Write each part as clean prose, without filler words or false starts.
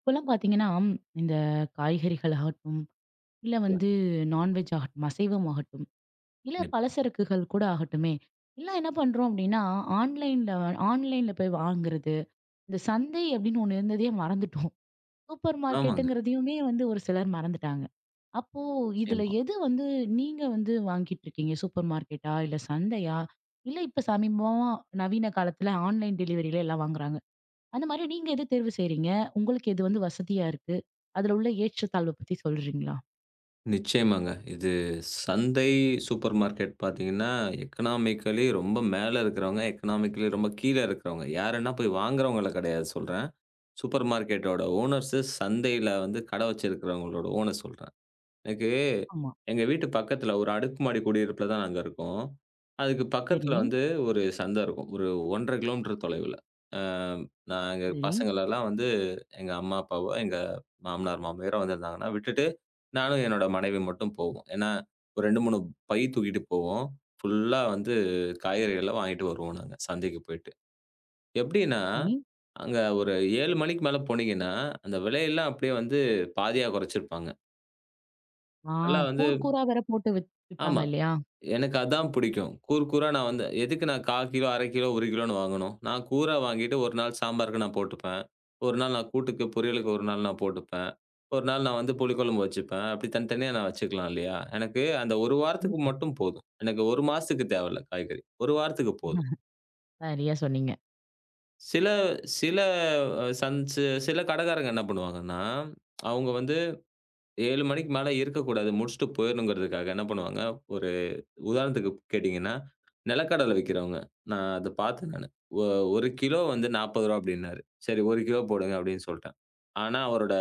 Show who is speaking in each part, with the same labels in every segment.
Speaker 1: இப்போலாம் பார்த்தீங்கன்னா, இந்த காய்கறிகள் ஆகட்டும், இல்ல
Speaker 2: சொல்லுங்க.
Speaker 1: வந்து நான்வெஜ் ஆகட்டும், அசைவம் ஆகட்டும், இல்ல
Speaker 2: கண்டிப்பா.
Speaker 1: பலசரக்குகள் கூட ஆகட்டுமே, எல்லாம் என்ன பண்றோம் அப்டின்னா, ஆன்லைன்ல ஆன்லைன்ல போய் வாங்குறது. இந்த சந்தை அப்டின்னு ஒண்ணு இருந்ததையே மறந்துட்டோம். சூப்பர்
Speaker 2: ஆமாங்க.
Speaker 1: மார்க்கெட்டுங்கிறதையுமே வந்து ஒரு சிலர் மறந்துட்டாங்க. அப்போ இதுல
Speaker 2: நிச்சயமா.
Speaker 1: எது வந்து நீங்க வந்து வாங்கிட்டுருக்கீங்க? சூப்பர் மார்க்கெட்டா? இல்ல சந்தையா? இல்ல இப்ப சமீபமா நவீன காலத்துல ஆன்லைன் டெலிவரில எல்லாம் வாங்குறாங்க. அந்த மாரி நீங்க எது தேர்வு செய்றீங்க? உங்களுக்கு எது வந்து வசதியா இருக்கு? அதுல உள்ள ஏற்றத்தாழ்வ பத்தி சொல்றீங்களா?
Speaker 2: நிச்சயமாங்க. இது சந்தை, சூப்பர் மார்க்கெட் பார்த்தீங்கன்னா, எக்கனாமிக்கலி ரொம்ப மேல இருக்கிறவங்க, எக்கனாமிக்கலி ரொம்ப கீழ இருக்கிறவங்க. யாருன்னா போய் வாங்குறவங்கள கிடையாது சொல்றேன். சூப்பர் மார்க்கெட்டோட ஓனர்ஸு, சந்தையில வந்து கடை வச்சிருக்கிறவங்களோட ஓனர் சொல்றேன். எனக்கு
Speaker 1: ஆமா.
Speaker 2: எங்க வீட்டு பக்கத்துல ஒரு அடுக்குமாடி குடியிருப்புல தான் நாங்க இருக்கோம். அதுக்கு
Speaker 1: சரி,
Speaker 2: பக்கத்துல வந்து ஒரு சந்தை இருக்கும். ஒரு 1 1/2 கிலோமீட்டர் தொலைவுல. அ நாங்க
Speaker 1: சரி,
Speaker 2: பசங்களெல்லாம் வந்து எங்க அம்மா, அப்பாவோ, எங்க மாமனார், மாமியாரோ வந்திருந்தாங்கன்னா விட்டுட்டு, நானும் என்னோட மனைவி மட்டும் போவோம். ஏன்னா, ஒரு 2, 3 பை தூக்கிட்டு போவோம். ஃபுல்லா வந்து காய்கறிகள்லாம் வாங்கிட்டு வருவோம் நாங்க, சந்தைக்கு போயிட்டு. எப்படின்னா,
Speaker 1: சரி.
Speaker 2: அங்க ஒரு 7 மணிக்கு மேல போனீங்கன்னா, அந்த விலையெல்லாம் அப்படியே வந்து பாதியா குறைச்சிருப்பாங்க.
Speaker 1: ஆ
Speaker 2: நல்லா வந்து
Speaker 1: கூறு கூறா வேற போட்டு
Speaker 2: ஆமா.
Speaker 1: விப்பாங்க இல்லையா?
Speaker 2: எனக்கு அதான் பிடிக்கும். கூர் கூரா நான் வந்து எதுக்கு நான் 1/4 கிலோ, 1/2 கிலோ, 1 கிலோன்னு வாங்கணும்? நான் கூரா வாங்கிட்டு ஒரு நாள் சாம்பாருக்கு நான் போட்டுப்பேன். ஒரு நாள் நான் கூட்டுக்கு, பொரியலுக்கு ஒரு நாள் நான் போட்டுப்பேன். ஒரு நாள் நான் வந்து புளிக்குழம்பு வச்சுப்பேன். அப்படி தனித்தனியா நான் வச்சுக்கலாம் இல்லையா? எனக்கு அந்த 1 வாரத்துக்கு
Speaker 1: கண்டிப்பா.
Speaker 2: மட்டும் போதும். எனக்கு 1 மாசத்துக்கு தேவையில்ல காய்கறி. 1 வாரத்துக்கு போதும்.
Speaker 1: சரியா சொன்னீங்க.
Speaker 2: சில சில அ சந் சி சில கடைக்காரங்க என்ன பண்ணுவாங்கன்னா, அவங்க வந்து 7 மணிக்கு மேல இருக்கக்கூடாது. முடிச்சுட்டு போயிரணுங்கிறதுக்காக என்ன பண்ணுவாங்க, ஒரு உதாரணத்துக்கு கேட்டீங்கன்னா, நிலக்கடலை விக்கிறவங்க. நான் அத பார்த்தேன் நானு. ஒ 1 கிலோ வந்து ரூ. 40 அப்படின்னாரு. சரி 1 கிலோ போடுங்க அப்படின்னு சொல்ட்டேன். ஆனா அவரோட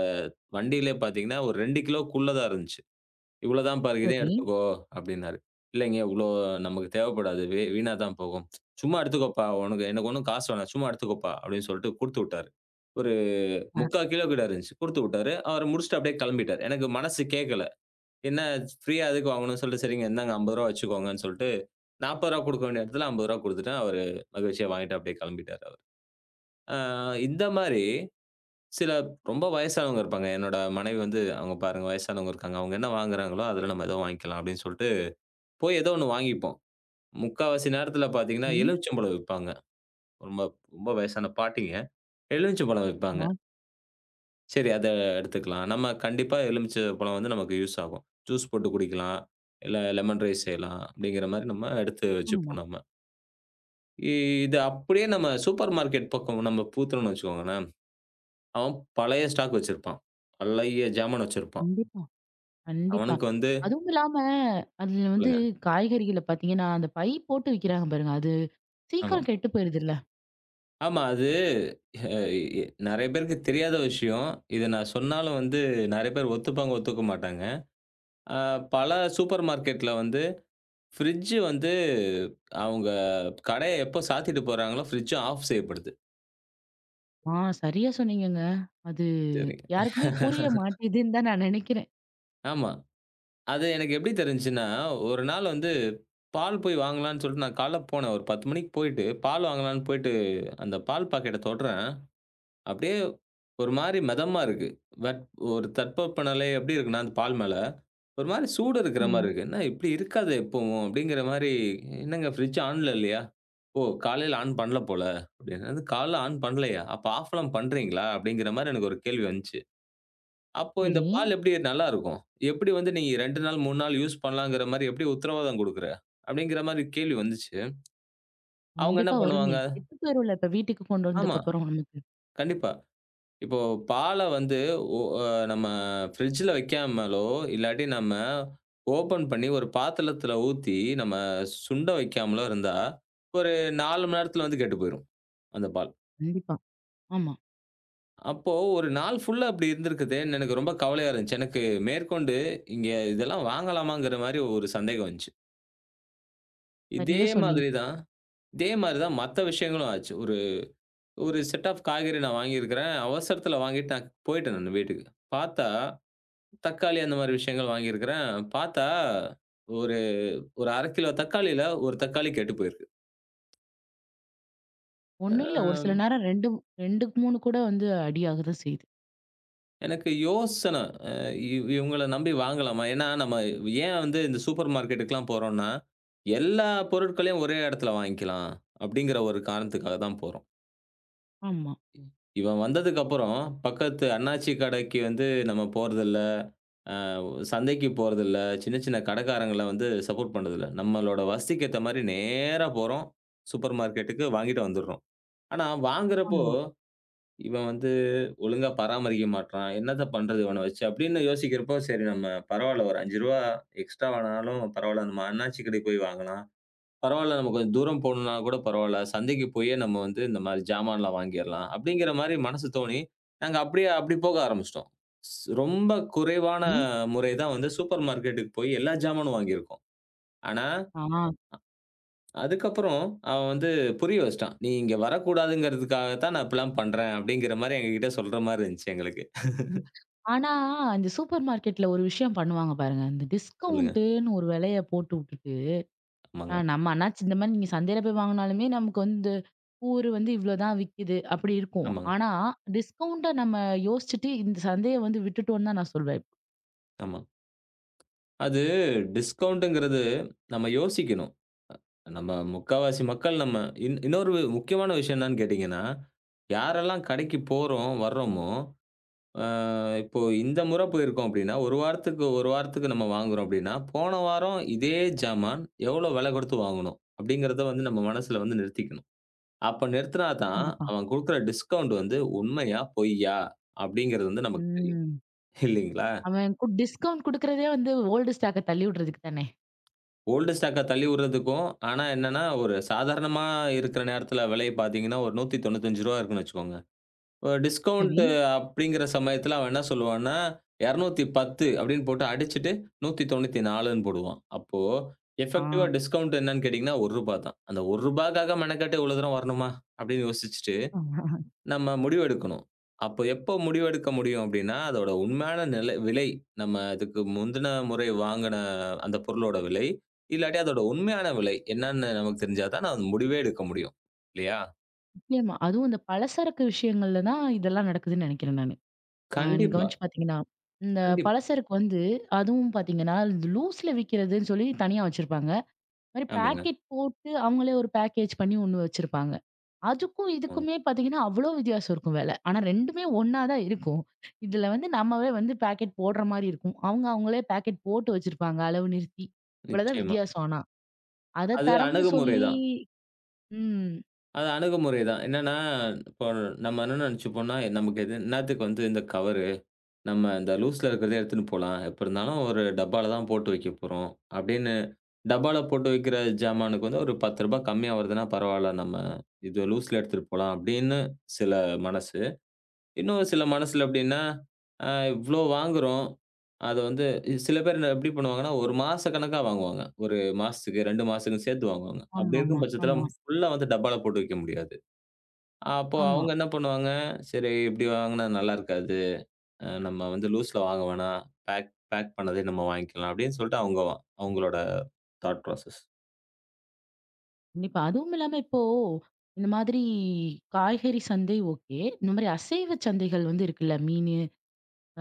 Speaker 2: வண்டியிலே பார்த்தீங்கன்னா, ஒரு 2 கிலோக்குள்ள தான் இருந்துச்சு. "இவ்வளோ தான் பாரு இதையும்
Speaker 1: சரி.
Speaker 2: எடுத்துக்கோ" அப்படின்னாரு. "இல்லைங்க இவ்வளோ நமக்கு தேவைப்படாது. வீணா தான் போகும். சும்மா எடுத்துக்கோப்பா. உனக்கு எனக்கு ஒண்ணும் காசு வேணாம். சும்மா எடுத்துக்கோப்பா" அப்படின்னு சொல்லிட்டு குடுத்து விட்டாரு. ஒரு
Speaker 1: ஆ
Speaker 2: 3/4 கிலோ கிட்ட இருந்துச்சு. குடுத்து விட்டாரு. அவரு முடிச்சுட்டு அப்படியே கிளம்பிட்டாரு. எனக்கு மனசு கேட்கல. என்ன ஃப்ரீயா எதுக்கு வாங்கணும்னு சொல்லிட்டு, "சரிங்க இந்தாங்க ரூ. 50 வச்சுக்கோங்கன்னு" சொல்லிட்டு ரூ. 40 குடுக்க வேண்டிய இடத்துல ரூ. 50 குடுத்துட்டேன். அவரு மகிழ்ச்சியா வாங்கிட்டு அப்படியே கிளம்பிட்டாரு அவரு. அ இந்த மாரி சில ரொம்ப வயசானவங்க இருப்பாங்க. என்னோட மனைவி வந்து அவங்க பாருங்க வயசானவங்க இருக்காங்க. அவங்க என்ன வாங்குறாங்களோ அதுல நம்ம ஏதோ வாங்கிக்கலாம் அப்படின்னு சொல்லிட்டு போய் ஏதோ ஒண்ணு வாங்கிப்போம். முக்காவாசி நேரத்துல பார்த்தீங்கன்னா,
Speaker 1: சரி.
Speaker 2: எலுமிச்சம்பழம் விப்பாங்க. ரொம்ப ரொம்ப வயசான பாட்டிங்க. எலுமிச்சம்பழம் விப்பாங்க.
Speaker 1: ஆமா,
Speaker 2: சரி அத எடுத்துக்கலாம். நம்ம கண்டிப்பா எலுமிச்சப்பழம் வந்து நமக்கு யூஸ் ஆகும். ஜூஸ் போட்டு குடிக்கலாம். இல்ல லெமன் ரைஸ் செய்யலாம் அப்படிங்கிற மாரி நம்ம எடுத்து
Speaker 1: ஆமா.
Speaker 2: வச்சுப்போம் நம்ம. இ இது அப்படியே நம்ம சூப்பர் மார்க்கெட் பக்கம் நம்ம பூத்துனோம்னு வச்சுக்கோங்களேன். அவன் பழைய ஸ்டாக் வச்சிருப்பான். பழைய ஜாமான் வச்சிருப்பான்.
Speaker 1: கண்டிப்பா. கண்டிப்பா.
Speaker 2: அவனுக்கு வந்து
Speaker 1: அதுவும் இல்லாம அதுல வந்து
Speaker 2: சொல்லுங்க.
Speaker 1: காய்கறிகள பார்த்தீங்கன்னா, அந்த பை போட்டு விக்கிறாங்க பாருங்க. அது
Speaker 2: ஆமா.
Speaker 1: சீக்கிரம் கெட்டு போயிருதுல்ல?
Speaker 2: ஆமா. அது அ எ நெறைய பேருக்கு தெரியாத விஷயம். இத நான் சொன்னாலும் வந்து நெறைய பேர் ஒத்துப்பாங்க, ஒத்துக்க மாட்டாங்க. அ பல சூப்பர் மார்க்கெட்ல வந்து ஃப்ரிட்ஜ் வந்து அவங்க கடைய எப்போ சாத்திட்டு போறாங்களோ, ஃப்ரிட்ஜ் ஆஃப் செய்யப்படுது.
Speaker 1: ஆ சரியா சொன்னீங்கங்க. அது
Speaker 2: சரிங்க.
Speaker 1: யாருக்குமே புரிய மாட்டேதுன்னு தான் நான் நெனைக்கிறேன்.
Speaker 2: ஆமா. அது எனக்கு எப்படி தெரிஞ்சுச்சுன்னா, ஒரு நாள் வந்து பால் போய் வாங்கலான்னு சொல்லிட்டு நான் காலைல போனேன். ஒரு 10:00 மணிக்கு போயிட்டு, பால் வாங்கலான்னு போயிட்டு, அந்த பால் பாக்கெட்ட தொடுறேன். அப்படியே ஒரு மாரி மெதமா இருக்கு. வட் ஒரு தட்பவெப்பநிலை எப்படி இருக்குன்னா, அந்த பால் மேல, ஒரு மாரி சூடு இருக்கிற மாரி
Speaker 1: ம்.
Speaker 2: இருக்கு. "என்ன இப்படி இருக்காதே எப்பவும்?" அப்படிங்கிற மாரி, "என்னங்க ஃப்ரிட்ஜ் ஆன்ல இல்லையா?" "ஓ! காலையில ஆன் பண்ணல போல" அப்படின்னு. "என்னது காலைல ஆன் பண்ணலையா? அப்ப ஆஃப்லாம் பண்றீங்களா?" அப்படிங்கிற மாரி எனக்கு ஒரு கேள்வி வந்துச்சு. அப்போ இந்த
Speaker 1: சரி.
Speaker 2: பால் எப்படி நல்லாருக்கும்? எப்படி வந்து நீ 2 நாள், 3 நாள் யூஸ் பண்ணலாங்கிற மாரி எப்படி உத்தரவாதம் குடுக்குற? அப்படிங்கிற மாரி கேள்வி வந்துச்சு. அவங்க என்ன
Speaker 1: கண்டிப்பா
Speaker 2: பண்ணுவாங்க
Speaker 1: வருமே. கெட்டு போயிரும்ல இப்ப வீட்டுக்கு கொண்டு
Speaker 2: ஆமா,
Speaker 1: வந்ததுக்கப்புறம் நமக்கு.
Speaker 2: கண்டிப்பா. இப்போ பால வந்து ஒ அ நம்ம ஃப்ரிட்ஜ்ல வைக்காமலோ, இல்லாட்டி நம்ம ஓப்பன் பண்ணி ஒரு பாத்திரத்துல ஊத்தி, நம்ம சுண்ட வைக்காமலோ இருந்தா, ஒரு 4 மணி நேரத்துல வந்து கெட்டு போயிரும், அந்த பால்.
Speaker 1: கண்டிப்பா. ஆமா.
Speaker 2: அப்போ ஒரு நாள் ஃபுல்லா அப்படி இருந்திருக்குதேன்னு எனக்கு ரொம்ப கவலையா இருந்துச்சு. எனக்கு மேற்கொண்டு இங்க இதெல்லாம் வாங்கலாமாங்கிற மாரி ஒரு சந்தேகம் வந்துச்சு. இதே
Speaker 1: சரியா சொன்னீங்க.
Speaker 2: மாதிரி தான் இதே மாதிரி தான் மத்த விஷயங்களும் ஆச்சு. ஒரு ஒரு செட் ஆஃப் காய்கறி நான் வாங்கியிருக்கிறேன். அவசரத்தில வாங்கிட்டு நான் போயிட்டேன் நானு வீட்டுக்கு. பார்த்தா தக்காளி அந்த மாரி விஷயங்கள் வாங்கியிருக்கிறேன். பார்த்தா ஒரு ஒரு 1/2 கிலோ தக்காளியில ஒரு தக்காளி கெட்டு போயிருக்கு.
Speaker 1: ஒண்ணும் இல்ல. ஒரு சில
Speaker 2: அ
Speaker 1: நேரம் 2, 2, 3 கூட வந்து அடியாகதான் செய்யுது.
Speaker 2: எனக்கு யோசனை அ இவ் இவங்கள நம்பி வாங்கலாமா? ஏன்னா நம்ம ஏன் வந்து இந்த சூப்பர் மார்க்கெட்டுக்குலாம் போறோம்னா, எல்லா பொருட்களையும் ஒரே இடத்துல வாங்கிக்கலாம். அப்படிங்கிற ஒரு காரணத்துக்காக தான் போறோம்.
Speaker 1: ஆமா,
Speaker 2: இவன் வந்ததுக்கப்புறம், பக்கத்து அண்ணாச்சி கடைக்கு வந்து நம்ம போறதில்ல. அ சந்தைக்கு போறதில்ல. சின்ன சின்ன கடைக்காரங்கள வந்து சப்போர்ட் பண்றதில்ல. நம்மளோட வசதிக்கு ஏத்த மாரி நேரா போறோம். சூப்பர் மார்க்கெட்டுக்கு வாங்கிட்டு வந்துடுறோம். ஆனா வாங்குறப்போ,
Speaker 1: ஆமா.
Speaker 2: இவன் வந்து ஒழுங்கா பராமரிக்க மாட்றான். என்னத்த பண்றது இவன வச்சு? அப்படின்னு யோசிக்கிறப்போ, சரி நம்ம பரவால்ல ஒரு ரூ. 5 எக்ஸ்ட்ரா வாங்குனாலும் பரவால்ல. நம்ம அண்ணாச்சி கடைக்கு போய் வாங்கலாம். பரவால்ல. நம்ம கொஞ்சம் தூரம் போணும்னா கூட பரவால்ல. சந்தைக்கு போயே நம்ம வந்து இந்த மாரி ஜாமான்லாம் வாங்கிர்லாம். அப்படிங்கிற மாரி மனசு தோணி, நாங்க அப்படியே அப்படி போக ஆரம்பிச்சுட்டோம். ரொம்ப குறைவான
Speaker 1: இ
Speaker 2: முறை தான் வந்து சூப்பர் மார்க்கெட்டுக்கு போய் எல்லா ஜாமானும் வாங்கியிருக்கோம். ஆனா,
Speaker 1: ஆ.
Speaker 2: அதுக்கப்புறம் அவன் வந்து புரிய வச்சுட்டான். "நீ இங்க வரக்கூடாதுங்கிறதுக்காக தான் நான் இப்படிலாம் பண்றேன்." அப்படிங்கிற மாரி எங்ககிட்ட சொல்ற மாரி இருந்துச்சு எங்களுக்கு.
Speaker 1: உம். ஆனா, இந்த சூப்பர் மார்க்கெட்ல ஒரு விஷயம் பண்ணுவாங்க பாருங்க. இந்த
Speaker 2: சொல்லுங்க.
Speaker 1: டிஸ்கவுண்ட்டுன்னு ஒரு விலைய போட்டு விட்டுட்டு,
Speaker 2: ஆமாங்க,
Speaker 1: நம்ம ஆனாச்சும் இந்த மாரி நீங்க சந்தையில போய் வாங்குனாலுமே நமக்கு வந்து கூறு வந்து இவ்வளோதான் விக்குது அப்படி இருக்கும்.
Speaker 2: ஆமாங்க,
Speaker 1: ஆனா, டிஸ்கவுண்ட்ட நம்ம யோசிச்சுட்டு இந்த சந்தைய வந்து விட்டுட்டோம்னு தான் நான் சொல்வேன்.
Speaker 2: ஆமா. அது டிஸ்கவுண்ட்ங்கிறது நம்ம யோசிக்கணும். நம்ம முக்காவாசி மக்கள் நம்ம இன்னொரு முக்கியமான விஷயம் என்னன்னு கேட்டீங்கன்னா, யாரெல்லாம் கடைக்கு போறோம், வர்றோமோ, அ இப்போ இந்த முறை போயிருக்கோம் அப்டின்னா, ஒரு வாரத்துக்கு நம்ம வாங்குறோம் அப்டின்னா, போன வாரம் இதே ஜாமான் எவ்ளோ விலை கொடுத்து வாங்குனோம்? அப்டிங்கிறத வந்து நம்ம மனசுல வந்து நிறுத்திக்கணும். அப்ப நிறுத்தினா தான்
Speaker 1: கண்டிப்பா.
Speaker 2: அவன் குடுக்குற டிஸ்கவுண்ட் வந்து உண்மையா? பொய்யா? அப்டிங்கிறது வந்து நமக்கு தெரியும்.
Speaker 1: ம்.
Speaker 2: இல்லைங்களா?
Speaker 1: அவன் டிஸ்கவுண்ட் குடுக்குறதே வந்து ஓல்டு ஸ்டாக்க தள்ளி விடுறதுக்கு தானே!
Speaker 2: ஓல்டு ஸ்டாக்க தள்ளி விடுறதுக்கும், ஆனா என்னன்னா, ஒரு சாதாரணமா இருக்கிற நேரத்துல விலை பார்த்தீங்கன்னா, ஒரு ரூ. 195 இருக்குன்னு வச்சுக்கோங்க. டிஸ்கவுண்ட்
Speaker 1: சரி.
Speaker 2: அப்படிங்கிற சமயத்துல அவன் என்ன சொல்லுவான்னா, 210 அப்படின்னு போட்டு அடிச்சுட்டு 194ன்னு போடுவான். அப்போ
Speaker 1: ஆ.
Speaker 2: எஃபெக்டிவா டிஸ்கவுண்ட் என்னன்னு கேட்டீங்கன்னா, ரூ. 1 தான். அந்த ரூ. 1க்காக மெனக்கெட்டு இவ்வளோ தூரம் வரணுமா? அப்படின்னு யோசிச்சுட்டு நம்ம முடிவெடுக்கணும். அப்போ எப்போ முடிவெடுக்க முடியும் அப்படின்னா, அதோட உண்மையான நிலை விலை நம்ம அதுக்கு முந்தின முறை வாங்குன அந்த பொருளோட விலை, இல்லாட்டி அதோட உண்மையான விலை என்னன்னு நமக்கு தெரிஞ்சா தான், நான் அந்த முடிவே எடுக்க முடியும். இல்லையா?
Speaker 1: நிச்சயமா. அதுவும் இந்த பலசரக்கு விஷயங்கள்ல தான் இதெல்லாம் நடக்குதுன்னு நினைக்கிறேன் நானு. நீங்க
Speaker 2: கண்டிப்பா,
Speaker 1: கவனிச்சு பார்த்தீங்கன்னா, இந்த
Speaker 2: கண்டிப்பா.
Speaker 1: பலசரக்கு வந்து அதுவும் பார்த்தீங்கன்னா, லூஸ்ல விக்கிறதுன்னு சொல்லி தனியா வச்சிருப்பாங்க. மாரி
Speaker 2: ஆமாங்க.
Speaker 1: பாக்கெட் போட்டு அவங்களே ஒரு பேக்கேஜ் பண்ணி ஒண்ணு வச்சிருப்பாங்க. அதுக்கும்
Speaker 2: ம்.
Speaker 1: இதுக்குமே பார்த்தீங்கன்னா, அவ்ளோ வித்தியாசம் இருக்கும் வெல. ஆனா 2மே ஒண்ணா தான் இருக்கும். இதுல வந்து நம்மவே வந்து பாக்கெட் போடுற மாரி இருக்கும். அவங்க அவங்களே பாக்கெட் போட்டு வச்சிருப்பாங்க அளவு நிறுத்தி. இவ்வளோதான்
Speaker 2: நிச்சயமா.
Speaker 1: வித்தியாசம் ஆனா. அத
Speaker 2: அது
Speaker 1: தரம்னு
Speaker 2: அணுகுமுறை
Speaker 1: சொல்லி
Speaker 2: தான்.
Speaker 1: ம்.
Speaker 2: அது அணுகுமுறை தான். என்னன்னா, இப்போ நம்ம என்ன நெனச்சுப்போம்னா, நமக்கு எது என்னாத்துக்கு வந்து இந்த கவரு? நம்ம இந்த லூஸ்ல இருக்கிறத எடுத்துன்னு போலாம். எப்ப இருந்தாலும் ஒரு டப்பால தான் போட்டு வைக்க போறோம். அப்படின்னு டப்பால போட்டு வைக்கிற ஜாமானுக்கு வந்து ஒரு ரூ. 10 கம்மியா வருதுன்னா பரவால்ல. நம்ம இது லூஸ்ல எடுத்துட்டு போலாம் அப்படின்னு சில மனசு. இன்னும் சில மனசுல எப்படின்னா, இவ்ளோ வாங்குறோம். அது வந்து எப்படி பண்ணுவாங்கன்னா, 1 மாச கணக்கா வாங்குவாங்க. 1 மாசத்துக்கு, 2 மாசத்துக்கு சேர்த்து வாங்குவாங்க. அப்படி
Speaker 1: ஆமாமா.
Speaker 2: இருக்கும் பட்சத்தில
Speaker 1: ஆமா, ஆமா.
Speaker 2: ஃபுல்லா வந்து டப்பால போட்டு வைக்க முடியாது. அப்போ
Speaker 1: ஆமா
Speaker 2: அவங்க என்ன பண்ணுவாங்க, சரி இப்படி வாங்குனா நல்லா இருக்காது. நம்ம வந்து லூஸ்ல வாங்க வேணாம். பேக் பேக் பண்ணதே நம்ம வாங்கிக்கலாம் அப்படின்னு சொல்லிட்டு அவங்க அவங்களோட தாட் ப்ராசஸ்.
Speaker 1: கண்டிப்பா. அதுவும் இல்லாம இப்போ இந்த மாதிரி காய்கறி சந்தை ஓகே. இந்த மாரி அசைவ சந்தைகள் வந்து இருக்குல்ல. மீன்,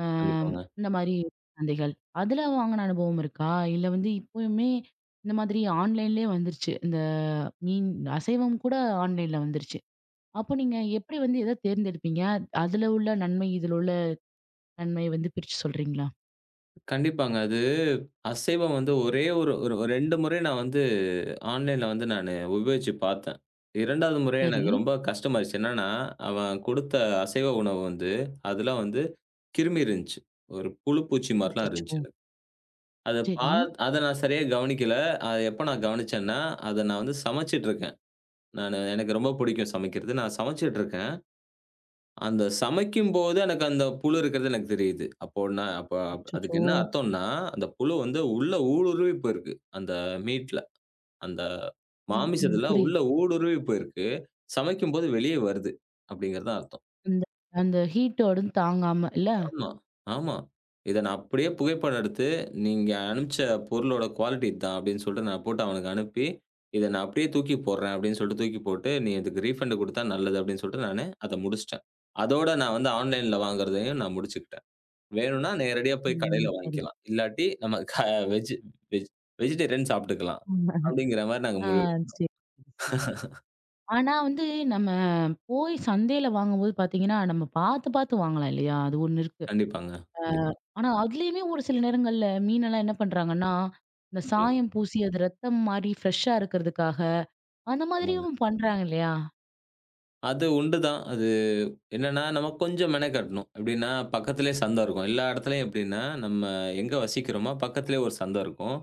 Speaker 1: ஆம்,
Speaker 2: கண்டிப்பாங்க.
Speaker 1: இந்த மாரி சந்தைகள். அதுல வாங்குன அனுபவம் இருக்கா? இல்ல வந்து இப்பயுமே இந்த மாதிரி ஆன்லைன்லயே வந்துருச்சு. இந்த மீன் அசைவம் கூட ஆன்லைன்ல வந்துருச்சு. அப்போ நீங்க எப்படி வந்து எத தேர்ந்தெடுப்பீங்க? அதுல உள்ள நன்மை, இதுல உள்ள நன்மை வந்து பிரிச்சு சொல்றீங்களா?
Speaker 2: கண்டிப்பாங்க. அது அசைவம் வந்து ஒரே ஒரு ஒரு 2 முறை நான் வந்து ஆன்லைன்ல வந்து நானு உபயோகிச்சு பார்த்தேன். 2வது முறை ம்.
Speaker 1: சரி.
Speaker 2: எனக்கு ரொம்ப கஷ்டமாயிருச்சு. என்னன்னா, அவன் குடுத்த அசைவ உணவு வந்து, அதுல வந்து கிருமி இருந்துச்சு. ஒரு புழு, பூச்சி மாரிலாம் ம். இருந்துச்சு.
Speaker 1: அச்சச்சோ! சரி.
Speaker 2: அத நான் சரியா கவனிக்கல. அத எப்ப நான் கவனிச்சேன்னா, அத நான் வந்து சமைச்சுட்டு இருக்கேன். நானு எனக்கு ரொம்ப புடிக்கும் சமைக்கிறது. நான் சமைச்சுட்டு இருக்கேன். அந்த சமைக்கும்போது எனக்கு அந்த புழு இருக்கிறது எனக்கு தெரியுது. அப்போன்னா
Speaker 1: அச்சச்சோ!
Speaker 2: அதுக்கு என்ன அர்த்தம்ன்னா, அந்த புழு வந்து உள்ள ஊடுருவி போயிருக்கு. அந்த மீட்ல, அந்த
Speaker 1: ம், ம்.
Speaker 2: மாமிசத்துல உள்ள
Speaker 1: புரியுது.
Speaker 2: ஊடுருவி போயிருக்கு. சமைக்கும்போது வெளியே வருது அப்படிங்கிறது தான் அர்த்தம்.
Speaker 1: அந்த அந்த ஹீட்டோட தாங்காம இல்ல?
Speaker 2: ஆமா, ஆமா. இத நான் அப்படியே புகைப்படம் எடுத்து, "நீங்க அனுப்பிச்ச பொருளோட குவாலிட்டி இதான்" அப்படின்னு சொல்லிட்டு நான் போட்டு அவனுக்கு அனுப்பி, "இத நான் அப்படியே தூக்கி போடுறேன்" அப்படின்னு சொல்லிட்டு தூக்கி போட்டு, "நீ இதுக்கு ரீஃபண்ட் குடுத்தா நல்லது" அப்படின்னு சொல்லிட்டு நானு அத முடிச்சுட்டேன். அதோட நான் வந்து ஆன்லைன்ல வாங்குறதையும் நான் முடிச்சுக்கிட்டேன். வேணும்னா நேரடியா போய் கடையில
Speaker 1: ம். சரி.
Speaker 2: வாங்கிக்கலாம். இல்லாட்டி நம்ம க வெஜ் வெஜ் வெஜிடேரியன் சாப்பிட்டுக்கலாம். அப்படிங்கிற மாரி நாங்க
Speaker 1: ஆ
Speaker 2: முடிவு
Speaker 1: சரி, சரி. ஆனா வந்து நம்ம போய் சந்தையில வாங்கும்போது பாத்தீங்கன்னா, நம்ம பாத்து, பாத்து வாங்கலாம் இல்லையா? அது ஒண்ணு இருக்கு.
Speaker 2: கண்டிப்பாங்க.
Speaker 1: அ
Speaker 2: கண்டிப்பா.
Speaker 1: ஆனா அதுலயுமே ஒரு சில நேரங்கள்ல மீனெல்லாம் என்ன பண்றாங்கன்னா, இந்த
Speaker 2: சொல்லுங்க.
Speaker 1: சாயம் பூசி அது ரத்தம் மாரி ஃப்ரெஷ்ஷா இருக்கிறதுக்காக, அந்த
Speaker 2: ஆமாங்க.
Speaker 1: மாதிரியும் பண்றாங்க இல்லையா?
Speaker 2: அது உண்டு தான். அது என்னன்னா, நம்ம கொஞ்சம் மெனக்கட்டணும். எப்படின்னா, பக்கத்திலேயே சந்தை இருக்கும். எல்லா இடத்துலயும் எப்படின்னா, நம்ம எங்க வசிக்கிறோமோ பக்கத்திலேயே ஒரு சந்தை இருக்கும்.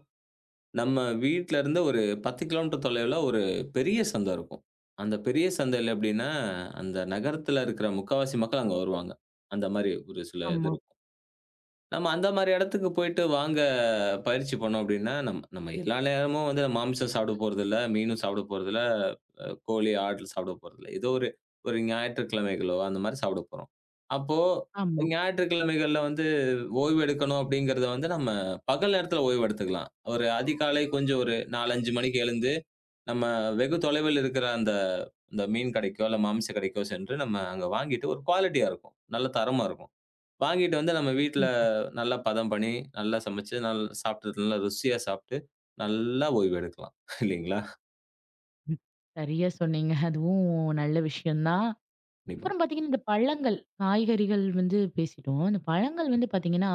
Speaker 2: நம்ம வீட்ல இருந்து ஒரு 10 கிலோமீட்டர் தொலைவுல ஒரு பெரிய சந்தை இருக்கும். அந்த பெரிய சந்தையில எப்படின்னா, அந்த நகரத்தில இருக்கிற முக்காவாசி மக்கள் அங்க வருவாங்க. அந்த மாரி ஒரு சில இது
Speaker 1: ஆமா,
Speaker 2: இருக்கும். நம்ம அந்த மாரி இடத்துக்கு போயிட்டு வாங்க பயிற்சி பண்ணோம் அப்டின்னா, நம்ம நம்ம எல்லா நேரமும் வந்து மாமிசம் சாப்பிட போறதில்ல, மீனும் சாப்பிட போறதில்ல, கோழி, ஆடு சாப்பிட போறதில்ல. ஏதோ ஒரு ஒரு ஞாயிற்றுக்கிழமைகளோ அந்த மாரி சாப்பிட போறோம். அப்போ
Speaker 1: ஆமா.
Speaker 2: ஞாயிற்றுக்கிழமைகள்ல வந்து ஓய்வு எடுக்கணும் அப்டிங்கிறத வந்து நம்ம பகல் நேரத்தில ஓய்வு எடுத்துக்கலாம். ஒரு அதிகாலை கொஞ்சம் ஒரு 4, 5 மணிக்கு எழுந்து நம்ம வெகு தொலைவில் இருக்கிற அந்த அந்த மீன் கடைக்கோ, இல்ல மாமிச கடைக்கோ சென்று நம்ம அங்க வாங்கிட்டு ஒரு குவாலிட்டியா இருக்கும். நல்ல தரமா இருக்கும். வாங்கிட்டு வந்து நம்ம வீட்ல
Speaker 1: ம்,
Speaker 2: நல்லா பதம் பண்ணி, நல்லா சமைச்சு, சாப்பிட்டு நல்லா ருசியா சாப்பிட்டு, நல்லா ஓய்வு எடுக்கலாம். இல்லீங்களா?
Speaker 1: ம். சரியா சொன்னீங்க. அதுவும் நல்ல விஷயம் தான்.
Speaker 2: கண்டிப்பா.
Speaker 1: அப்புறம் பாத்தீங்கன்னா, இந்த பழங்கள், காய்கறிகள் வந்து பேசிட்டோம். இந்த பழங்கள் வந்து பாத்தீங்கன்னா,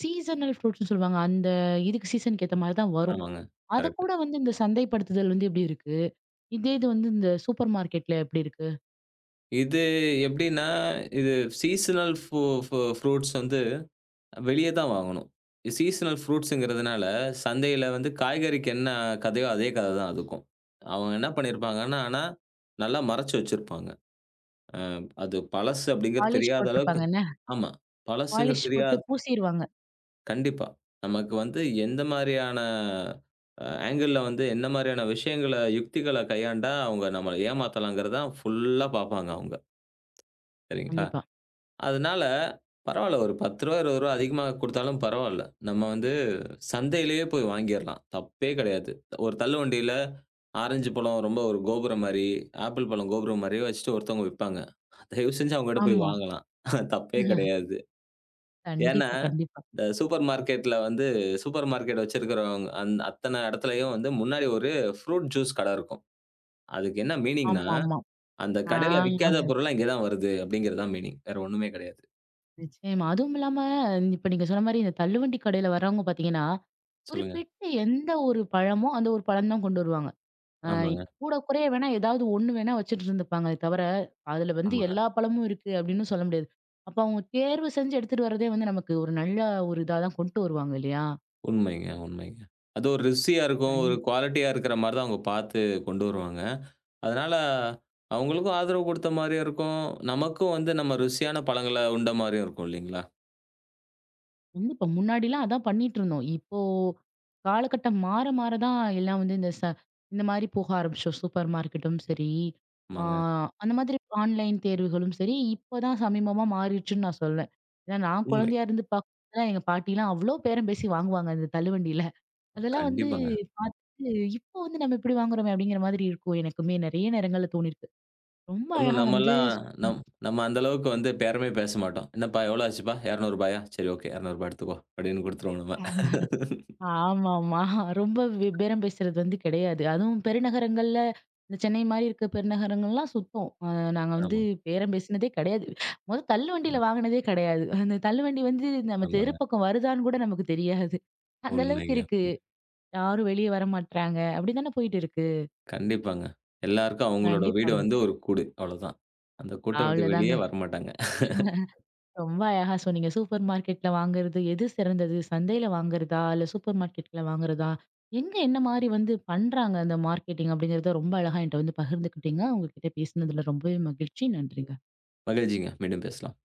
Speaker 1: சீசனல் ஃப்ரூட்ஸ்ன்னு சொல்லுவாங்க. அந்த இதுக்கு சீசனுக்கு ஏத்த மாரி தான் வரும்.
Speaker 2: ஆமாங்க. கரெக்ட்.
Speaker 1: அதக்கூட வந்து இந்த சந்தைப்படுத்துதல் வந்து எப்படி இருக்கு? இதே இது வந்து இந்த சூப்பர் மார்க்கெட்ல எப்படி இருக்கு?
Speaker 2: இது எப்படின்னா, இது சீசனல் ஃபு ஃபு ஃப்ரூட்ஸ் வந்து வெளிய தான் வாங்கணும். சீசனல் ஃப்ரூட்ஸ்ங்கிறதுனால, சந்தையில வந்து காய்கறிக்கு என்ன கதையோ, அதே கதை தான் அதுக்கும். அவங்க என்ன பண்ணியிருப்பாங்கன்னா, ஆனா நல்லா மறைச்சு வச்சிருப்பாங்க. அது பழசு அப்படிங்கிறது
Speaker 1: பாலிஷ்
Speaker 2: தெரியாத அளவுக்கு
Speaker 1: போட்டிருப்பாங்க என்ன?
Speaker 2: ஆமா. பழசுங்கிறது
Speaker 1: பாலிஷ் போட்டு
Speaker 2: தெரியாத
Speaker 1: பூசிருவாங்க.
Speaker 2: கண்டிப்பா. நமக்கு வந்து எந்த மாரியான ஆங்கிள்ல வந்து என்ன மாரியான விஷயங்கள, யுக்திகள கையாண்டா அவங்க நம்மள ஏமாத்தலாங்கிறத ஃபுல்லா பார்ப்பாங்க அவங்க. சரிங்களா?
Speaker 1: கண்டிப்பா.
Speaker 2: அதனால பரவால்ல ஒரு ரூ. 10 ரூ. 20 அதிகமா குடுத்தாலும் பரவால்ல. நம்ம வந்து சந்தையிலேயே போய் வாங்கிர்லாம். தப்பே கிடையாது. ஒரு தள்ளுவண்டியில ஆரஞ்சு பழம் ரொம்ப ஒரு கோபுரம் மாரி, ஆப்பிள் பழம் கோபுரம் மாரியே வச்சுட்டு ஒருத்தவங்க விப்பாங்க. தயவு செஞ்சு அவங்ககிட்ட போய்
Speaker 1: ஆமா.
Speaker 2: வாங்கலாம். தப்பே கிடையாது. ஏன்னா,
Speaker 1: கண்டிப்பா, கண்டிப்பா.
Speaker 2: இந்த சூப்பர் மார்க்கெட்ல வந்து சூப்பர் மார்க்கெட் வச்சிருக்கிறவங்க அத்தன இடத்துலயும் வந்து முன்னாடி ஒரு ஃப்ரூட் ஜூஸ் கடை இருக்கும். அதுக்கு என்ன மீனிங்ன்னா,
Speaker 1: ஆமாமா.
Speaker 2: அந்த
Speaker 1: ஆ
Speaker 2: கடையில விக்காத பொருள்லாம் இங்க தான் வருது அப்படிங்கிறது தான் மீனிங். வேற ஒண்ணுமே கிடையாது.
Speaker 1: நிச்சயமா. அதுவும் இல்லாம இப்ப நீங்க சொன்ன மாரி இந்த தள்ளுவண்டி கடையில வர்றவங்க பார்த்தீங்கன்னா,
Speaker 2: சொல்லுங்க.
Speaker 1: குறிப்பிட்டு எந்த ஒரு பழமோ, அந்த ஒரு பழம் தான் கொண்டு வருவாங்க. அ
Speaker 2: ஆமாங்க,
Speaker 1: கூட குறைய வேணா ஏதாவது ஒண்ணு வேணா வச்சுட்டு இருந்துப்பாங்களே தவிர, அதுல வந்து
Speaker 2: ஆமாங்க.
Speaker 1: எல்லா பழமும் இருக்கு அப்படின்னு சொல்ல முடியாது. அப்ப அவங்க தேர்வு செஞ்சு எடுத்துட்டு வரதே வந்து நமக்கு ஒரு நல்ல ஒரு இதா தான் கொண்டு வருவாங்க இல்லையா?
Speaker 2: உண்மைங்க, உண்மைங்க. அது ஒரு ருசியா இருக்கும்.
Speaker 1: கண்
Speaker 2: ஒரு குவாலிட்டியா இருக்கிற மாரி தான் அவங்க பார்த்து கொண்டு வருவாங்க. அதனால அவங்களுக்கும் ஆதரவு கொடுத்த மாரியும் இருக்கும். நமக்கும் வந்து நம்ம ருசியான பழங்கள உண்ட மாரியும் இருக்கும் இல்லைங்களா?
Speaker 1: கண்டிப்பா. முன்னாடிலாம் அதான் பண்ணிட்டு இருந்தோம். இப்போ காலகட்டம் மாற மாற தான் எல்லாம் வந்து இந்த மாரி போக ஆரம்பிச்சோம். சூப்பர் மார்க்கெட்டும் சரி, ஆ
Speaker 2: ஆமாங்க.
Speaker 1: அந்த மாதிரி ஆன்லைன் தேர்வுகளும் சரி, இப்பதான் சமீபமா மாறிடுச்சுன்னு நான் சொல்வேன். ஏன்னா நான்
Speaker 2: உண்மை.
Speaker 1: குழந்தையா இருந்து பார்க்கும்போதுலாம் எங்க பாட்டிலாம் அவ்ளோ பேரம் பேசி வாங்குவாங்க அந்த தள்ளுவண்டில. அதெல்லாம் வந்து
Speaker 2: கண்டிப்பாங்க.
Speaker 1: பார்த்துட்டு, இப்போ வந்து நம்ம இப்படி வாங்குறோமே அப்படிங்கிற மாதிரி இருக்கும். எனக்குமே நெறைய நேரங்கள்ல தோணியிருக்கு. ரொம்ப
Speaker 2: ஒண்ணும்
Speaker 1: அழகா வந்து
Speaker 2: நம் நம்ம அந்த அளவுக்கு வந்து பேரமே பேச மாட்டோம். "என்னப்பா எவ்வளோ ஆச்சுப்பா? ரூ. 200 சரி ஓகே ரூ. 200 எடுத்துக்கோ" அப்படின்னு குடுத்துருவோம் நம்ம.
Speaker 1: ஆமாமா. ரொம்ப பேரம் பேசுறது வந்து கிடையாது. அதுவும் பெருநகரங்கள்ல இந்த சென்னை மாரி இருக்க பெருநகரங்கள்லாம் சுத்தம். நாங்க வந்து
Speaker 2: ஆமா.
Speaker 1: பேரம் பேசினதே கிடையாது.
Speaker 2: ஆ
Speaker 1: தள்ளுவண்டியில வாங்குனதே கிடையாது. அந்த தள்ளுவண்டி வந்து நம்ம தெரு
Speaker 2: ஆமாங்க.
Speaker 1: பக்கம் வருதான்னு கூட நமக்கு தெரியாது. அந்த அளவுக்கு
Speaker 2: உண்மைங்க.
Speaker 1: இருக்கு.
Speaker 2: ம்.
Speaker 1: யாரும் வெளிய வரமாட்றாங்க. அப்படி தானே போயிட்டு இருக்கு.
Speaker 2: கண்டிப்பாங்க. எல்லாருக்கும் அவங்களோட வீடு
Speaker 1: கண்டிப்பாங்க.
Speaker 2: வந்து ஒரு கூடு. அவ்வளோதான். அந்த கூட்ட விட்டு வெளியே
Speaker 1: அவ்வளோதாங்க.
Speaker 2: வரமாட்டாங்க.
Speaker 1: ரொம்ப அழகா சொன்னீங்க. சூப்பர் மார்க்கெட்ல வாங்குறது எது சிறந்தது? சந்தையில வாங்குறதா? இல்ல சூப்பர் மார்க்கெட்ல வாங்குறதா? எங்க என்ன மாரி வந்து பண்றாங்க அந்த மார்க்கெட்டிங் அப்படிங்கிறத ரொம்ப அழகா என்ட்ட வந்து பகிர்ந்துக்கிட்டீங்க. உங்ககிட்ட பேசினதுல ரொம்பவே மகிழ்ச்சி. நன்றிங்க.
Speaker 2: மகிழ்ச்சிங்க. மீண்டும் பேசலாம்.